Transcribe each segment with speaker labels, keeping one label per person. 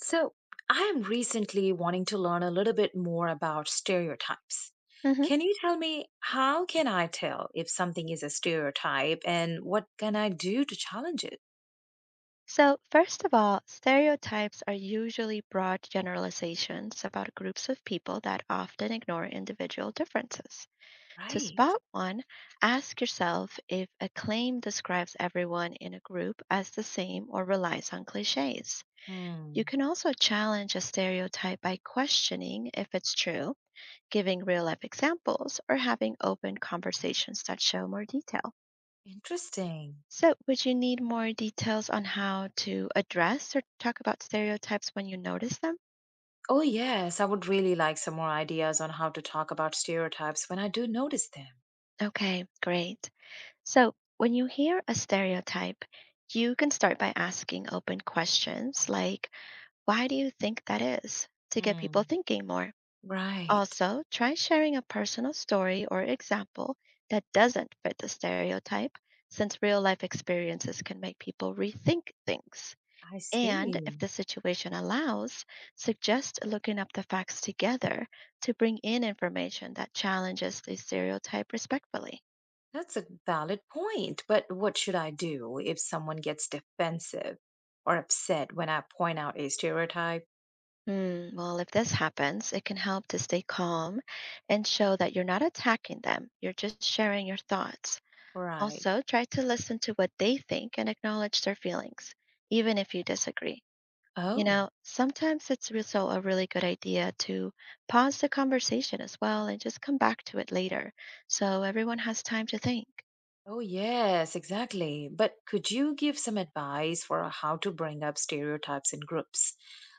Speaker 1: So, I am recently wanting to learn a little bit more about stereotypes.
Speaker 2: hmm
Speaker 1: Can you tell me how can I tell if something is a stereotype and what can I do to challenge it?
Speaker 2: So, first of all, stereotypes are usually broad generalizations about groups of people that often ignore individual differences. To
Speaker 1: Right.
Speaker 2: spot one, ask yourself if a claim describes everyone in a group as the same or relies on cliches. You
Speaker 1: Hmm.
Speaker 2: can also challenge a stereotype by questioning if it's true, giving real life examples, or having open conversations that show more detail.
Speaker 1: Interesting.
Speaker 2: So, would you need more details on how to address or talk about stereotypes when you notice them?
Speaker 1: Oh, yes, I would really like some more ideas on how to talk about stereotypes when I do notice them.
Speaker 2: Okay, great. So, when you hear a stereotype, you can start by asking open questions like, why do you think that is? To get people
Speaker 1: Hmm.
Speaker 2: thinking more.
Speaker 1: Right.
Speaker 2: Also, try sharing a personal story or example that doesn't fit the stereotype, since real life experiences can make people rethink things.
Speaker 1: I
Speaker 2: And if
Speaker 1: see.
Speaker 2: the situation allows, suggest looking up the facts together to bring in information that challenges the stereotype respectfully.
Speaker 1: That's a valid point, but what should I do if someone gets defensive or upset when I point out a stereotype?
Speaker 2: Hmm, well, if this happens, it can help to stay calm and show that you're not attacking them, you're just sharing your thoughts.
Speaker 1: Right.
Speaker 2: Also, try to listen to what they think and acknowledge their feelings, even if you disagree. You know,
Speaker 1: Oh,
Speaker 2: sometimes it's also a really good idea to pause the conversation as well and just come back to it later so everyone has time to think.
Speaker 1: oh, yes, exactly. But could you give some advice for how to bring up stereotypes in groups,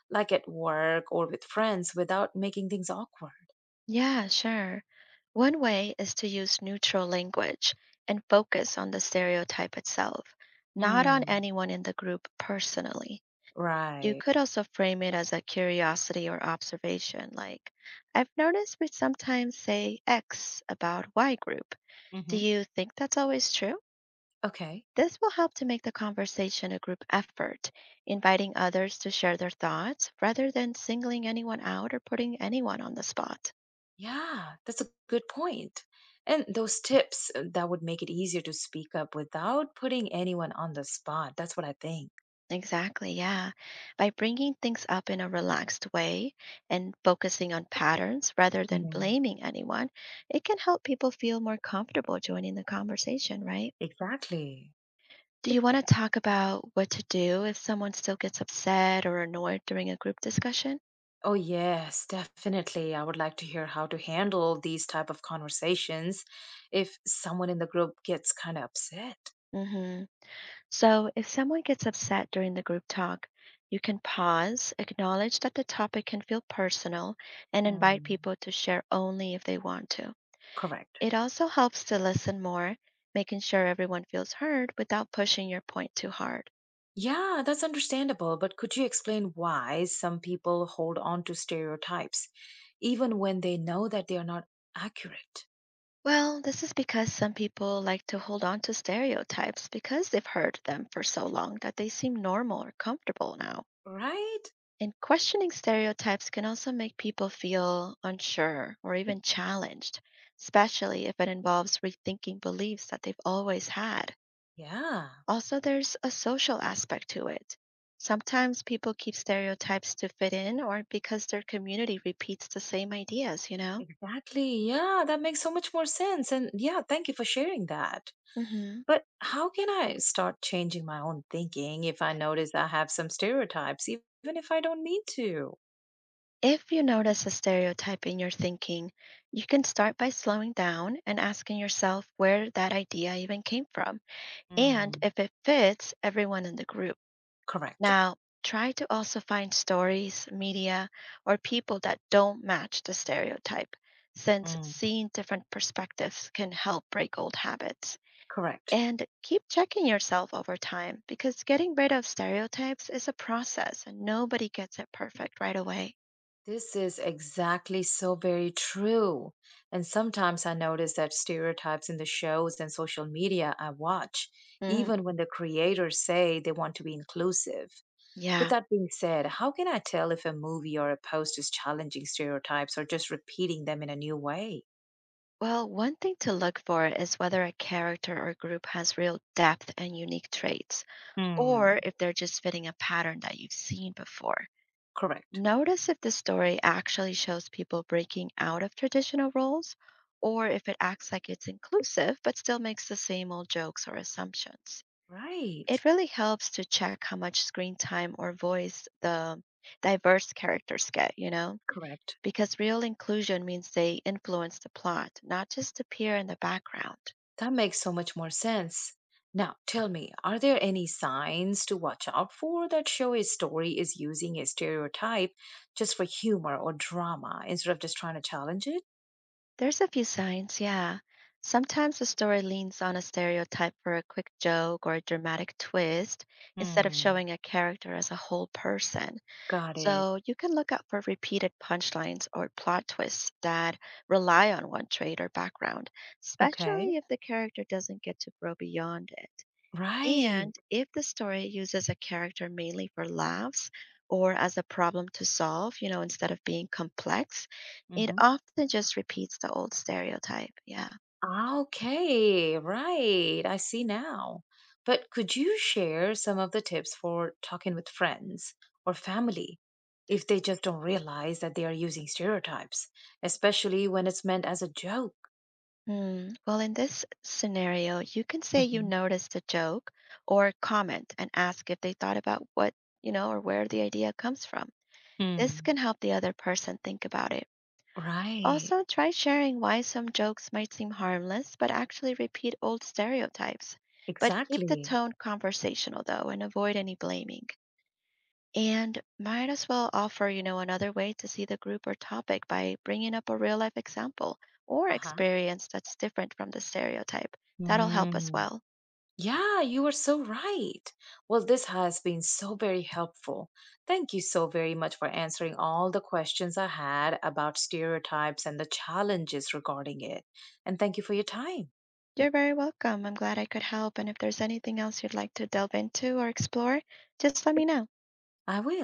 Speaker 1: like at work or with friends, without making things awkward?
Speaker 2: Yeah, sure. One way is to use neutral language and focus on the stereotype itself, not on
Speaker 1: Hmm.
Speaker 2: anyone in the group personally. You
Speaker 1: Right.
Speaker 2: could also frame it as a curiosity or observation, like, I've noticed we sometimes say X about Y group. Do
Speaker 1: Hmm.
Speaker 2: you think that's always true?
Speaker 1: Okay.
Speaker 2: This will help to make the conversation a group effort, inviting others to share their thoughts rather than singling anyone out or putting anyone on the spot.
Speaker 1: Yeah, that's a good point. And those tips that would make it easier to speak up without putting anyone on the spot. That's what I think.
Speaker 2: Exactly, yeah. By bringing things up in a relaxed way and focusing on patterns rather than
Speaker 1: Mm,
Speaker 2: blaming anyone, it can help people feel more comfortable joining the conversation, right?
Speaker 1: exactly.
Speaker 2: Do you want to talk about what to do if someone still gets upset or annoyed during a group discussion?
Speaker 1: Oh yes, definitely. I would like to hear how to handle these type of conversations if someone in the group gets kind of upset.
Speaker 2: Mm hmm. So, if someone gets upset during the group talk, you can pause, acknowledge that the topic can feel personal, and invite
Speaker 1: Mm,
Speaker 2: people to share only if they want to.
Speaker 1: correct.
Speaker 2: It also helps to listen more, making sure everyone feels heard without pushing your point too hard.
Speaker 1: Yeah, that's understandable, but could you explain why some people hold on to stereotypes even when they know that they are not accurate?
Speaker 2: Well, this is because some people like to hold on to stereotypes because they've heard them for so long that they seem normal or comfortable now.
Speaker 1: Right?
Speaker 2: And questioning stereotypes can also make people feel unsure or even challenged, especially if it involves rethinking beliefs that they've always had.
Speaker 1: Yeah,
Speaker 2: Also, there's a social aspect to it. Sometimes people keep stereotypes to fit in or because their community repeats the same ideas, you know?
Speaker 1: exactly. Yeah, that makes so much more sense. And yeah, thank you for sharing that.
Speaker 2: hmm
Speaker 1: But how can I start changing my own thinking if I notice I have some stereotypes, even if I don't need to?
Speaker 2: If you notice a stereotype in your thinking, you can start by slowing down and asking yourself where that idea even came from and
Speaker 1: Mm.
Speaker 2: if it fits everyone in the group.
Speaker 1: Correct.
Speaker 2: Now, try to also find stories, media, or people that don't match the stereotype, since
Speaker 1: Mm.
Speaker 2: seeing different perspectives can help break old habits.
Speaker 1: Correct.
Speaker 2: And keep checking yourself over time because getting rid of stereotypes is a process and nobody gets it perfect right away.
Speaker 1: This is exactly so very true. And sometimes I notice that stereotypes in the shows and social media I watch,
Speaker 2: Mm,
Speaker 1: even when the creators say they want to be inclusive. With
Speaker 2: yeah.
Speaker 1: that being said, how can I tell if a movie or a post is challenging stereotypes or just repeating them in a new way?
Speaker 2: Well, one thing to look for is whether a character or group has real depth and unique traits,
Speaker 1: Hmm,
Speaker 2: or if they're just fitting a pattern that you've seen before.
Speaker 1: correct.
Speaker 2: Notice if the story actually shows people breaking out of traditional roles or if it acts like it's inclusive but still makes the same old jokes or assumptions.
Speaker 1: Right,
Speaker 2: It really helps to check how much screen time or voice the diverse characters get, you know,
Speaker 1: correct.
Speaker 2: because real inclusion means they influence the plot, not just appear in the background.
Speaker 1: That makes so much more sense. Now, tell me, are there any signs to watch out for that show a story is using a stereotype just for humor or drama instead of just trying to challenge it?
Speaker 2: There's a few signs, yeah. Sometimes a story leans on a stereotype for a quick joke or a dramatic twist instead of
Speaker 1: Hmm.
Speaker 2: showing a character as a whole person.
Speaker 1: Got it.
Speaker 2: So you can look out for repeated punchlines or plot twists that rely on one trait or background,
Speaker 1: Okay.
Speaker 2: especially if the character doesn't get to grow beyond it. And
Speaker 1: Right.
Speaker 2: if the story uses a character mainly for laughs or as a problem to solve, you know, instead of being complex, it
Speaker 1: Hmm.
Speaker 2: often just repeats the old stereotype. Yeah.
Speaker 1: Ah, okay, right. I see now. But could you share some of the tips for talking with friends or family if they just don't realize that they are using stereotypes, especially when it's meant as a joke?
Speaker 2: Hmm. Well, in this scenario, you can say you
Speaker 1: Mhm.
Speaker 2: noticed a joke or comment and ask if they thought about what, you know, or where the idea comes from. This
Speaker 1: Hmm.
Speaker 2: can help the other person think about it.
Speaker 1: Right.
Speaker 2: Also, try sharing why some jokes might seem harmless but actually repeat old stereotypes. But keep the
Speaker 1: Exactly.
Speaker 2: tone conversational though and avoid any blaming. And might as well offer, you know, another way to see the group or topic by bringing up a real life example or
Speaker 1: Uh
Speaker 2: experience that's different from the stereotype. That'll
Speaker 1: huh.
Speaker 2: help as well.
Speaker 1: Yeah, you are so right. Well, this has been so very helpful. Thank you so very much for answering all the questions I had about stereotypes and the challenges regarding it. And thank you for your time.
Speaker 2: You're very welcome. I'm glad I could help. And if there's anything else you'd like to delve into or explore, just let me know.
Speaker 1: I will.